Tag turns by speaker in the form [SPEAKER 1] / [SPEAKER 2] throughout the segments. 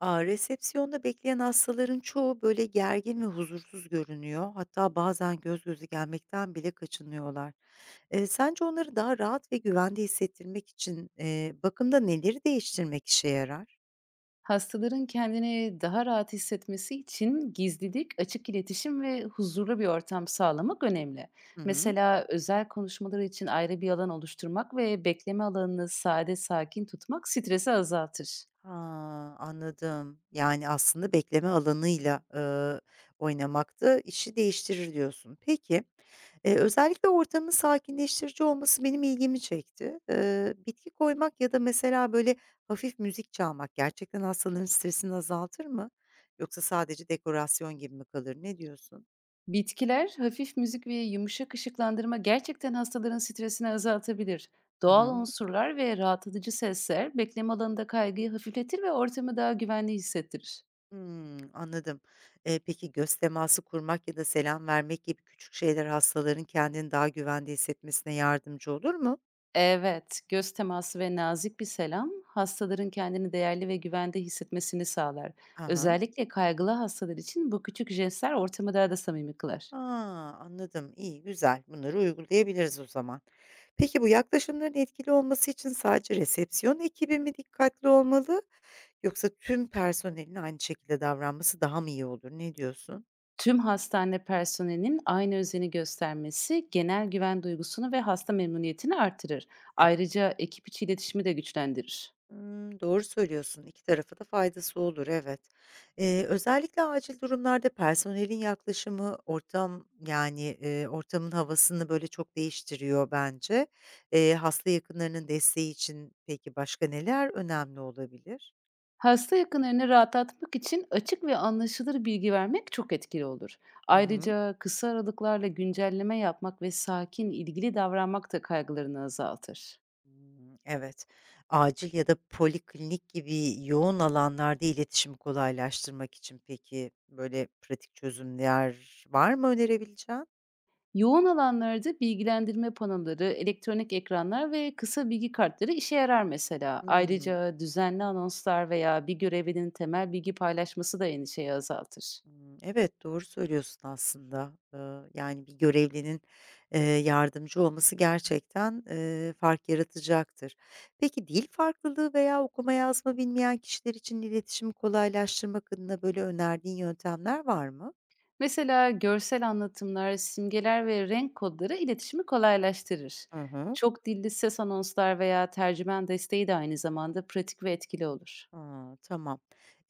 [SPEAKER 1] Resepsiyonda bekleyen hastaların çoğu, böyle, gergin ve huzursuz görünüyor. Hatta bazen göz gözü gelmekten bile kaçınıyorlar. Sence onları daha rahat ve güvende hissettirmek için, bakımda neleri değiştirmek işe yarar?
[SPEAKER 2] Hastaların kendini daha rahat hissetmesi için gizlilik, açık iletişim ve huzurlu bir ortam sağlamak önemli.
[SPEAKER 1] Hı hı.
[SPEAKER 2] Mesela özel konuşmaları için ayrı bir alan oluşturmak ve bekleme alanını sade sakin tutmak stresi azaltır.
[SPEAKER 1] Ha, anladım. Yani, aslında bekleme alanıyla, oynamak da işi değiştirir diyorsun. Peki, özellikle ortamın sakinleştirici olması benim ilgimi çekti. Bitki koymak ya da mesela, böyle, hafif müzik çalmak gerçekten hastaların stresini azaltır mı? Yoksa sadece dekorasyon gibi mi kalır? Ne diyorsun?
[SPEAKER 2] Bitkiler, hafif müzik ve yumuşak ışıklandırma gerçekten hastaların stresini azaltabilir.
[SPEAKER 1] Hı
[SPEAKER 2] Doğal
[SPEAKER 1] hı.
[SPEAKER 2] unsurlar ve rahatlatıcı sesler bekleme alanında kaygıyı hafifletir ve ortamı daha güvenli hissettirir.
[SPEAKER 1] Hımm, anladım. Peki göz teması kurmak ya da selam vermek gibi küçük şeyler hastaların kendini daha güvende hissetmesine yardımcı olur mu?
[SPEAKER 2] Evet, göz teması ve nazik bir selam hastaların kendini değerli ve güvende hissetmesini sağlar.
[SPEAKER 1] Aha ha.
[SPEAKER 2] Özellikle kaygılı hastalar için bu küçük jestler ortamı daha da samimi kılar.
[SPEAKER 1] Anladım. İyi, güzel. Bunları uygulayabiliriz o zaman. Peki bu yaklaşımların etkili olması için sadece resepsiyon ekibi mi dikkatli olmalı yoksa tüm personelin aynı şekilde davranması daha mı iyi olur? Ne diyorsun?
[SPEAKER 2] Tüm hastane personelinin aynı özeni göstermesi genel güven duygusunu ve hasta memnuniyetini artırır.
[SPEAKER 1] Evet.
[SPEAKER 2] Ayrıca ekip içi iletişimi de güçlendirir.
[SPEAKER 1] Hımm, doğru söylüyorsun. 2 tarafa da faydası olur, evet. Özellikle acil durumlarda personelin yaklaşımı ortam, yani, ortamın havasını, böyle, çok değiştiriyor bence. Hasta yakınlarının desteği için peki başka neler önemli olabilir?
[SPEAKER 2] Hasta yakınlarını rahatlatmak için açık ve anlaşılır bilgi vermek çok etkili olur.
[SPEAKER 1] Hı hı.
[SPEAKER 2] Ayrıca kısa aralıklarla güncelleme yapmak ve sakin, ilgili davranmak da kaygılarını azaltır.
[SPEAKER 1] Hımm, evet. Acil ya da poliklinik gibi yoğun alanlarda iletişimi kolaylaştırmak için peki, böyle, pratik çözümler var mı önerebileceğin?
[SPEAKER 2] Yoğun alanlarda bilgilendirme panoları, elektronik ekranlar ve kısa bilgi kartları işe yarar mesela.
[SPEAKER 1] Hımm.
[SPEAKER 2] Ayrıca düzenli anonslar veya bir görevlinin temel bilgi paylaşması da endişeyi azaltır.
[SPEAKER 1] Hımm, evet, doğru söylüyorsun aslında. Yani, bir görevlinin, yardımcı olması gerçekten, fark yaratacaktır. Peki, dil farklılığı veya okuma yazma bilmeyen kişiler için iletişimi kolaylaştırmak adına böyle önerdiğin yöntemler var mı?
[SPEAKER 2] Mesela görsel anlatımlar, simgeler ve renk kodları iletişimi kolaylaştırır.
[SPEAKER 1] Hı hı.
[SPEAKER 2] Çok dilli ses anonslar veya tercümen desteği de aynı zamanda pratik ve etkili olur.
[SPEAKER 1] A, tamam.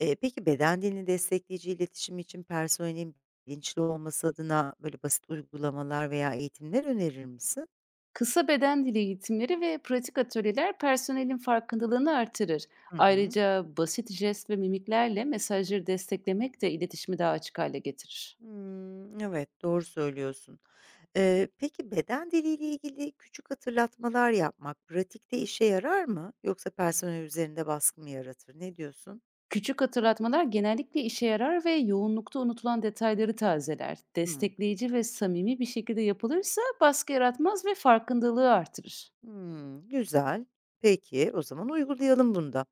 [SPEAKER 1] Peki, beden dilini destekleyici iletişim için personelin bilinçli olması adına böyle basit uygulamalar veya eğitimler önerir misin?
[SPEAKER 2] Kısa beden dili eğitimleri ve pratik atölyeler personelin farkındalığını artırır.
[SPEAKER 1] Hı hı.
[SPEAKER 2] Ayrıca basit jest ve mimiklerle mesajları desteklemek de iletişimi daha açık hale getirir.
[SPEAKER 1] Hımm, evet, doğru söylüyorsun. Peki beden diliyle ilgili küçük hatırlatmalar yapmak pratikte işe yarar mı yoksa personel üzerinde baskı mı yaratır? Ne diyorsun?
[SPEAKER 2] Küçük hatırlatmalar genellikle işe yarar ve yoğunlukta unutulan detayları tazeler.
[SPEAKER 1] Hımm.
[SPEAKER 2] Destekleyici ve samimi bir şekilde yapılırsa baskı yaratmaz ve farkındalığı artırır.
[SPEAKER 1] Hımm, güzel. Peki, o zaman uygulayalım bunu da.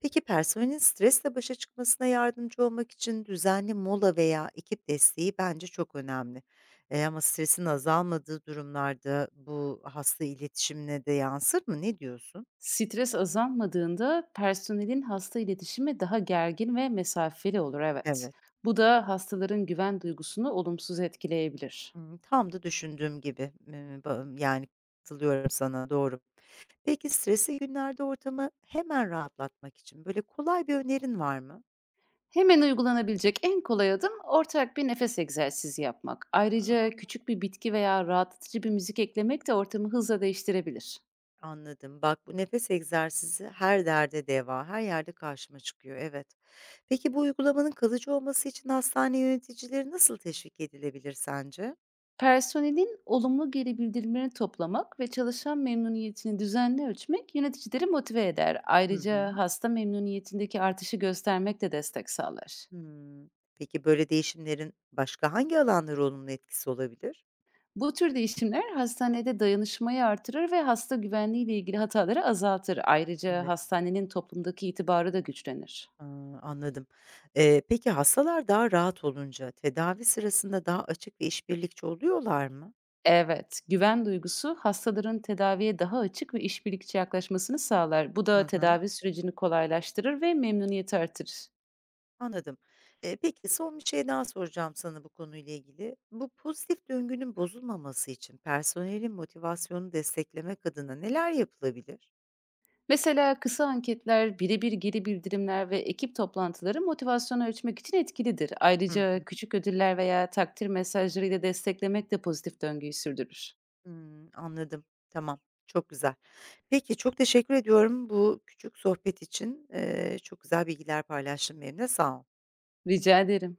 [SPEAKER 1] Peki personelin stresle başa çıkmasına yardımcı olmak için düzenli mola veya ekip desteği bence çok önemli. Ama stresin azalmadığı durumlarda bu hasta iletişimine de yansır mı? Ne diyorsun?
[SPEAKER 2] Stres azalmadığında personelin hasta iletişimi daha gergin ve mesafeli olur, evet.
[SPEAKER 1] Evet.
[SPEAKER 2] Bu da hastaların güven duygusunu olumsuz etkileyebilir.
[SPEAKER 1] Imm, tam da düşündüğüm gibi. Ba yani, katılıyorum sana, doğru. Peki stresli günlerde ortamı hemen rahatlatmak için, böyle, kolay bir önerin var mı?
[SPEAKER 2] Hemen uygulanabilecek en kolay adım ortak bir nefes egzersizi yapmak. Ayrıca
[SPEAKER 1] A,
[SPEAKER 2] küçük bir bitki veya rahatlatıcı bir müzik eklemek de ortamı hızla değiştirebilir.
[SPEAKER 1] anladım. Bak, bu nefes egzersizi her derde deva, her yerde karşıma çıkıyor, evet. Peki bu uygulamanın kalıcı olması için hastane yöneticileri nasıl teşvik edilebilir sence?
[SPEAKER 2] Personelin olumlu geri bildirimlerini toplamak ve çalışan memnuniyetini düzenli ölçmek yöneticileri motive eder.
[SPEAKER 1] Hı
[SPEAKER 2] Ayrıca
[SPEAKER 1] hı.
[SPEAKER 2] hasta memnuniyetindeki artışı göstermek de destek sağlar.
[SPEAKER 1] Hımm. Peki böyle değişimlerin başka hangi alanlara olumlu etkisi olabilir?
[SPEAKER 2] Bu tür değişimler hastanede dayanışmayı artırır ve hasta güvenliği ile ilgili hataları azaltır. Ayrıca
[SPEAKER 1] Evet.
[SPEAKER 2] hastanenin toplumdaki itibarı da güçlenir.
[SPEAKER 1] A, anladım. Peki hastalar daha rahat olunca tedavi sırasında daha açık ve işbirlikçi oluyorlar mı?
[SPEAKER 2] Evet, güven duygusu hastaların tedaviye daha açık ve işbirlikçi yaklaşmasını sağlar. Bu da
[SPEAKER 1] Hı hı.
[SPEAKER 2] tedavi sürecini kolaylaştırır ve memnuniyeti artırır.
[SPEAKER 1] Anladım. Peki son bir şey daha soracağım sana bu konuyla ilgili. Bu pozitif döngünün bozulmaması için personelin motivasyonunu desteklemek adına neler yapılabilir?
[SPEAKER 2] Mesela kısa anketler, birebir geri bildirimler ve ekip toplantıları motivasyonu ölçmek için etkilidir.
[SPEAKER 1] Hı
[SPEAKER 2] Ayrıca
[SPEAKER 1] hı.
[SPEAKER 2] küçük ödüller veya takdir mesajlarıyla desteklemek de pozitif döngüyü sürdürür.
[SPEAKER 1] Hımm, anladım. Tamam, çok güzel. Peki, çok teşekkür ediyorum bu küçük sohbet için. Çok güzel bilgiler paylaştın benimle, sağ ol.
[SPEAKER 2] Rica ederim.